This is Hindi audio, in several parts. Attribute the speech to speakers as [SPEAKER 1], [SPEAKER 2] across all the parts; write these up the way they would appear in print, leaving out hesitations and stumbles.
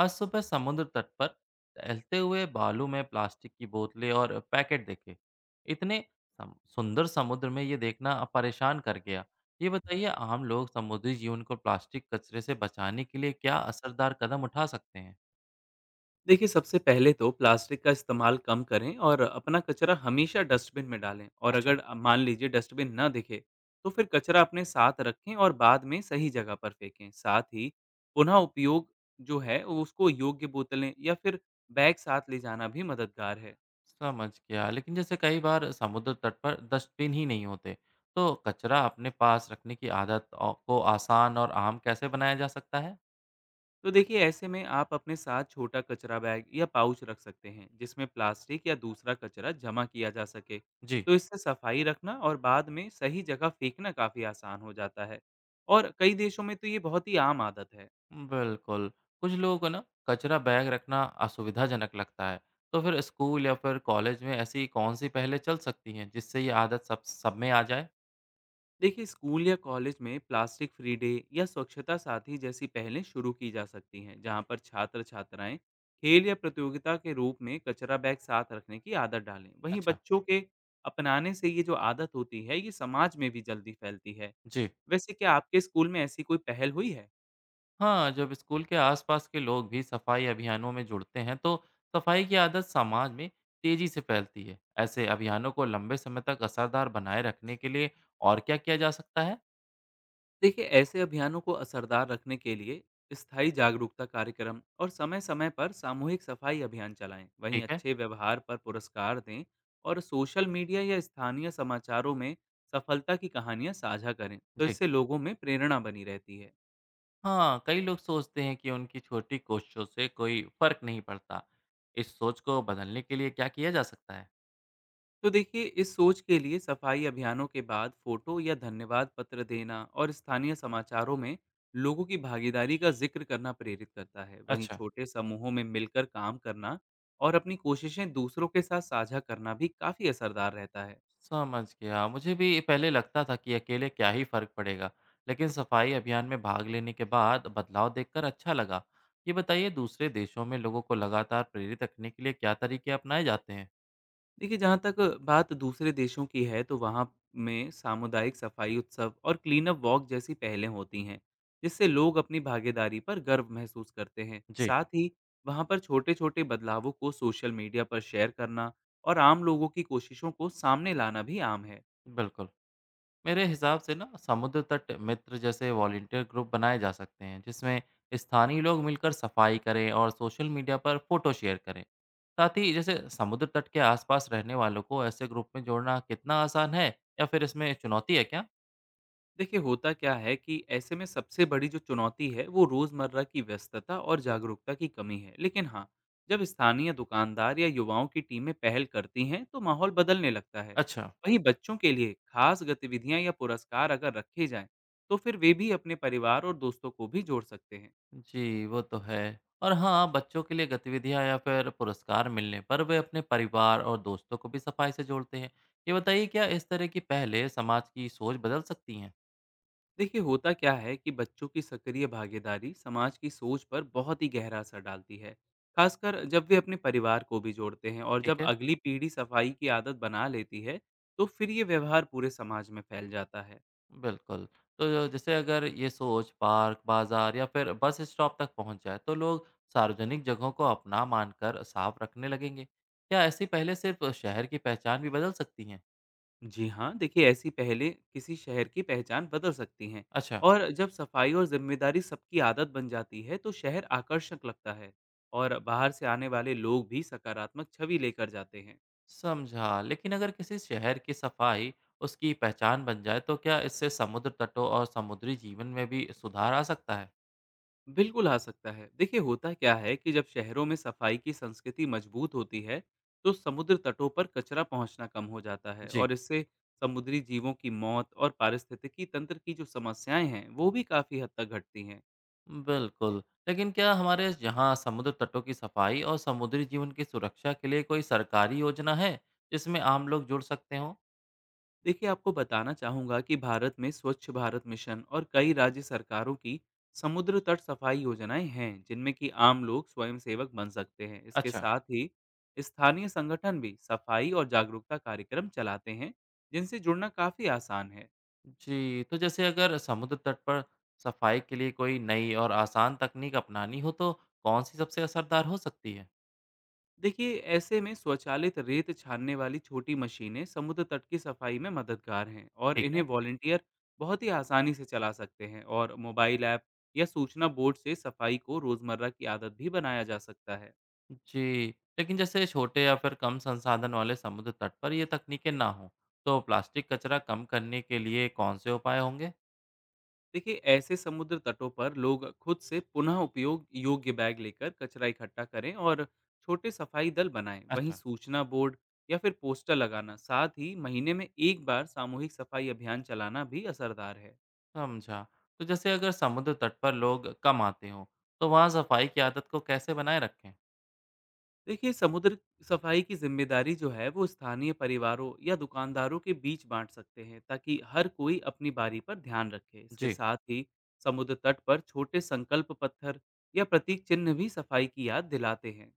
[SPEAKER 1] आज सुबह समुद्र तट पर टहलते हुए बालू में प्लास्टिक की बोतलें और पैकेट देखे। इतने सुंदर समुद्र में ये देखना परेशान कर गया। ये बताइए, आम लोग समुद्री जीवन को प्लास्टिक कचरे से बचाने के लिए क्या असरदार कदम उठा सकते हैं?
[SPEAKER 2] देखिए, सबसे पहले तो प्लास्टिक का इस्तेमाल कम करें और अपना कचरा हमेशा डस्टबिन में डालें। और
[SPEAKER 1] अच्छा।
[SPEAKER 2] अगर मान लीजिए डस्टबिन न दिखे तो फिर कचरा अपने साथ रखें और बाद में सही जगह पर फेंकें। साथ ही पुनः उपयोग जो है उसको योग्य बोतलें या फिर बैग साथ ले जाना भी मददगार है।
[SPEAKER 1] समझ गया, लेकिन जैसे कई बार समुद्र तट पर डस्टबिन ही नहीं होते, तो कचरा अपने पास रखने की आदत को आसान और आम कैसे बनाया जा सकता है?
[SPEAKER 2] तो देखिए, ऐसे में आप अपने साथ छोटा कचरा बैग या पाउच रख सकते हैं जिसमें प्लास्टिक या दूसरा कचरा जमा किया जा सके।
[SPEAKER 1] जी।
[SPEAKER 2] तो इससे सफाई रखना और बाद में सही जगह फेंकना काफ़ी आसान हो जाता है। और कई देशों में तो ये बहुत ही आम आदत है।
[SPEAKER 1] बिल्कुल। कुछ लोगों को ना कचरा बैग रखना असुविधाजनक लगता है। तो फिर स्कूल या फिर कॉलेज में ऐसी कौन-सी पहलें चल सकती हैं, जिससे ये आदत सब सब में आ जाए?
[SPEAKER 2] देखिए, स्कूल या कॉलेज में प्लास्टिक फ्री डे या स्वच्छता साथी जैसी पहलें शुरू की जा सकती हैं, जहाँ पर छात्र छात्राएं खेल या प्रतियोगिता के रूप में कचरा बैग साथ रखने की आदत डालें। वहीं
[SPEAKER 1] अच्छा।
[SPEAKER 2] बच्चों के अपनाने से ये जो आदत होती है, ये समाज में भी जल्दी फैलती है।
[SPEAKER 1] जी।
[SPEAKER 2] वैसे क्या आपके स्कूल में ऐसी कोई पहल हुई है?
[SPEAKER 1] हाँ, जब स्कूल के आसपास के लोग भी सफाई अभियानों में जुड़ते हैं, तो सफाई की आदत समाज में तेज़ी से फैलती है। ऐसे अभियानों को लंबे समय तक असरदार बनाए रखने के लिए और क्या किया जा सकता है?
[SPEAKER 2] देखिए, ऐसे अभियानों को असरदार रखने के लिए स्थायी जागरूकता कार्यक्रम और समय-समय पर सामूहिक सफाई अभियान चलाएं। वहीं
[SPEAKER 1] ठीक है।
[SPEAKER 2] अच्छे व्यवहार पर पुरस्कार दें और सोशल मीडिया या स्थानीय समाचारों में सफलता की कहानियां साझा करें। तो
[SPEAKER 1] जी।
[SPEAKER 2] इससे लोगों में प्रेरणा बनी रहती है।
[SPEAKER 1] हाँ, कई लोग सोचते हैं कि उनकी छोटी कोशिशों से कोई फर्क नहीं पड़ता। इस सोच को बदलने के लिए क्या किया जा सकता है?
[SPEAKER 2] तो देखिए, इस सोच के लिए सफाई अभियानों के बाद फोटो या धन्यवाद पत्र देना और स्थानीय समाचारों में लोगों की भागीदारी का जिक्र करना प्रेरित करता है। वहीं
[SPEAKER 1] अच्छा।
[SPEAKER 2] छोटे समूहों में मिलकर काम करना और अपनी कोशिशें दूसरों के साथ साझा करना भी काफ़ी असरदार रहता है।
[SPEAKER 1] समझ गया। मुझे भी पहले लगता था कि अकेले क्या ही फर्क पड़ेगा, लेकिन सफाई अभियान में भाग लेने के बाद बदलाव देखकर अच्छा लगा। ये बताइए, दूसरे देशों में लोगों को लगातार प्रेरित रखने के लिए क्या तरीके अपनाए जाते हैं?
[SPEAKER 2] देखिए, जहाँ तक बात दूसरे देशों की है, तो वहाँ में सामुदायिक सफाई उत्सव और क्लीन अप वॉक जैसी पहलें होती हैं, जिससे लोग अपनी भागीदारी पर गर्व महसूस करते हैं।
[SPEAKER 1] जी।
[SPEAKER 2] साथ ही वहाँ पर छोटे-छोटे बदलावों को सोशल मीडिया पर शेयर करना और आम लोगों की कोशिशों को सामने लाना भी आम है।
[SPEAKER 1] बिल्कुल। मेरे हिसाब से ना समुद्र तट मित्र जैसे वॉलेंटियर ग्रुप बनाए जा सकते हैं, जिसमें स्थानीय लोग मिलकर सफाई करें और सोशल मीडिया पर फोटो शेयर करें। साथ ही जैसे समुद्र तट के आसपास रहने वालों को ऐसे ग्रुप में जोड़ना कितना आसान है, या फिर इसमें चुनौती है क्या?
[SPEAKER 2] देखिए, होता क्या है कि ऐसे में सबसे बड़ी जो चुनौती है वो रोज़मर्रा की व्यस्तता और जागरूकता की कमी है। लेकिन हाँ, जब स्थानीय दुकानदार या युवाओं की टीमें पहल करती हैं तो माहौल बदलने लगता है।
[SPEAKER 1] अच्छा।
[SPEAKER 2] वहीं बच्चों के लिए खास गतिविधियां या पुरस्कार अगर रखे जाएं तो फिर वे भी अपने परिवार और दोस्तों को भी जोड़ सकते हैं।
[SPEAKER 1] जी, वो तो है। और हाँ, बच्चों के लिए गतिविधियाँ या फिर पुरस्कार मिलने पर वे अपने परिवार और दोस्तों को भी सफाई से जोड़ते हैं। ये बताइए, क्या इस तरह की पहले समाज की सोच बदल सकती हैं?
[SPEAKER 2] देखिए, होता क्या है कि बच्चों की सक्रिय भागीदारी समाज की सोच पर बहुत ही गहरा असर डालती है, खासकर जब वे अपने परिवार को भी जोड़ते हैं। और जब
[SPEAKER 1] ठीक है।
[SPEAKER 2] अगली पीढ़ी सफाई की आदत बना लेती है तो फिर ये व्यवहार पूरे समाज में फैल जाता है।
[SPEAKER 1] बिल्कुल। तो जैसे अगर ये सोच पार्क, बाज़ार या फिर बस स्टॉप तक पहुँच जाए, तो लोग सार्वजनिक जगहों को अपना मानकर साफ रखने लगेंगे। क्या ऐसी पहले सिर्फ शहर की पहचान भी बदल सकती हैं?
[SPEAKER 2] जी हाँ, देखिए, ऐसी पहले किसी शहर की पहचान बदल सकती हैं।
[SPEAKER 1] अच्छा।
[SPEAKER 2] और जब सफाई और जिम्मेदारी सबकी आदत बन जाती है तो शहर आकर्षक लगता है और बाहर से आने वाले लोग भी सकारात्मक छवि लेकर जाते हैं।
[SPEAKER 1] समझा, लेकिन अगर किसी शहर की सफाई उसकी पहचान बन जाए, तो क्या इससे समुद्र तटों और समुद्री जीवन में भी सुधार आ सकता है?
[SPEAKER 2] बिल्कुल आ सकता है। देखिए, होता क्या है कि जब शहरों में सफाई की संस्कृति मजबूत होती है, तो समुद्र तटों पर कचरा पहुंचना कम हो जाता है
[SPEAKER 1] जी।
[SPEAKER 2] और इससे समुद्री जीवों की मौत और पारिस्थितिकी तंत्र की जो समस्याएं हैं, वो भी काफी हद तक घटती हैं।
[SPEAKER 1] बिल्कुल। लेकिन क्या हमारे यहाँ समुद्र तटों की सफाई और समुद्री जीवन की सुरक्षा के लिए कोई सरकारी योजना है, जिसमें आम लोग जुड़ सकते हों?
[SPEAKER 2] देखिए, आपको बताना चाहूँगा कि भारत में स्वच्छ भारत मिशन और कई राज्य सरकारों की समुद्र तट सफाई योजनाएं हैं जिनमें कि आम लोग स्वयं सेवक बन सकते हैं। इसके
[SPEAKER 1] अच्छा।
[SPEAKER 2] साथ ही स्थानीय संगठन भी सफाई और जागरूकता कार्यक्रम चलाते हैं जिनसे जुड़ना काफ़ी आसान है।
[SPEAKER 1] जी, तो जैसे अगर समुद्र तट पर सफाई के लिए कोई नई और आसान तकनीक अपनानी हो, तो कौन सी सबसे असरदार हो सकती है?
[SPEAKER 2] देखिए, ऐसे में स्वचालित रेत छानने वाली छोटी मशीनें समुद्र तट की सफाई में मददगार हैं और
[SPEAKER 1] ठीक
[SPEAKER 2] इन्हें
[SPEAKER 1] है।
[SPEAKER 2] वॉलेंटियर बहुत ही आसानी से चला सकते हैं। और मोबाइल ऐप या सूचना बोर्ड से सफाई को रोजमर्रा की आदत भी बनाया जा सकता है।
[SPEAKER 1] जी, लेकिन जैसे छोटे या फिर कम संसाधन वाले समुद्र तट पर ये तकनीकें ना हों, तो प्लास्टिक कचरा कम करने के लिए कौन से उपाय होंगे?
[SPEAKER 2] देखिए, ऐसे समुद्र तटों पर लोग खुद से पुनः उपयोग योग्य बैग लेकर कचरा इकट्ठा करें और छोटे सफाई दल बनाएं। वहीं
[SPEAKER 1] अच्छा।
[SPEAKER 2] सूचना बोर्ड या फिर पोस्टर लगाना, साथ ही महीने में एक बार सामूहिक सफाई अभियान चलाना भी असरदार है।
[SPEAKER 1] समझा। तो जैसे अगर समुद्र तट पर लोग कम आते हों, तो वहाँ सफाई की आदत को कैसे बनाए रखें?
[SPEAKER 2] देखिए, समुद्र सफाई की जिम्मेदारी जो है वो स्थानीय परिवारों या दुकानदारों के बीच बांट सकते हैं, ताकि हर कोई अपनी बारी पर ध्यान रखे। इसके
[SPEAKER 1] जी।
[SPEAKER 2] साथ ही समुद्र तट पर छोटे संकल्प पत्थर या प्रतीक चिन्ह भी सफाई की याद दिलाते हैं।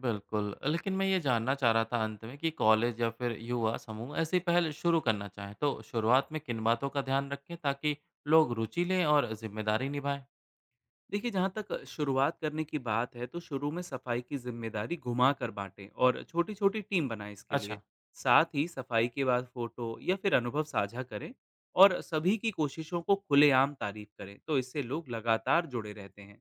[SPEAKER 1] बिल्कुल, लेकिन मैं ये जानना चाह रहा था अंत में कि कॉलेज या फिर युवा समूह ऐसी पहल शुरू करना चाहें, तो शुरुआत में किन बातों का ध्यान रखें, ताकि लोग रुचि लें और जिम्मेदारी निभाएं?
[SPEAKER 2] देखिए, जहाँ तक शुरुआत करने की बात है तो शुरू में सफाई की जिम्मेदारी घुमा कर बांटें और छोटी छोटी टीम बनाएं। इसके लिए
[SPEAKER 1] अच्छा।
[SPEAKER 2] साथ ही सफाई के बाद फोटो या फिर अनुभव साझा करें और सभी की कोशिशों को खुलेआम तारीफ करें, तो इससे लोग लगातार जुड़े रहते हैं।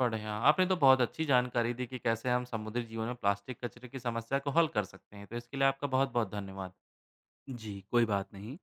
[SPEAKER 1] बढ़िया, आपने तो बहुत अच्छी जानकारी दी कि कैसे हम समुद्री जीवन में प्लास्टिक कचरे की समस्या को हल कर सकते हैं। तो इसके लिए आपका बहुत-बहुत धन्यवाद।
[SPEAKER 2] जी, कोई बात नहीं।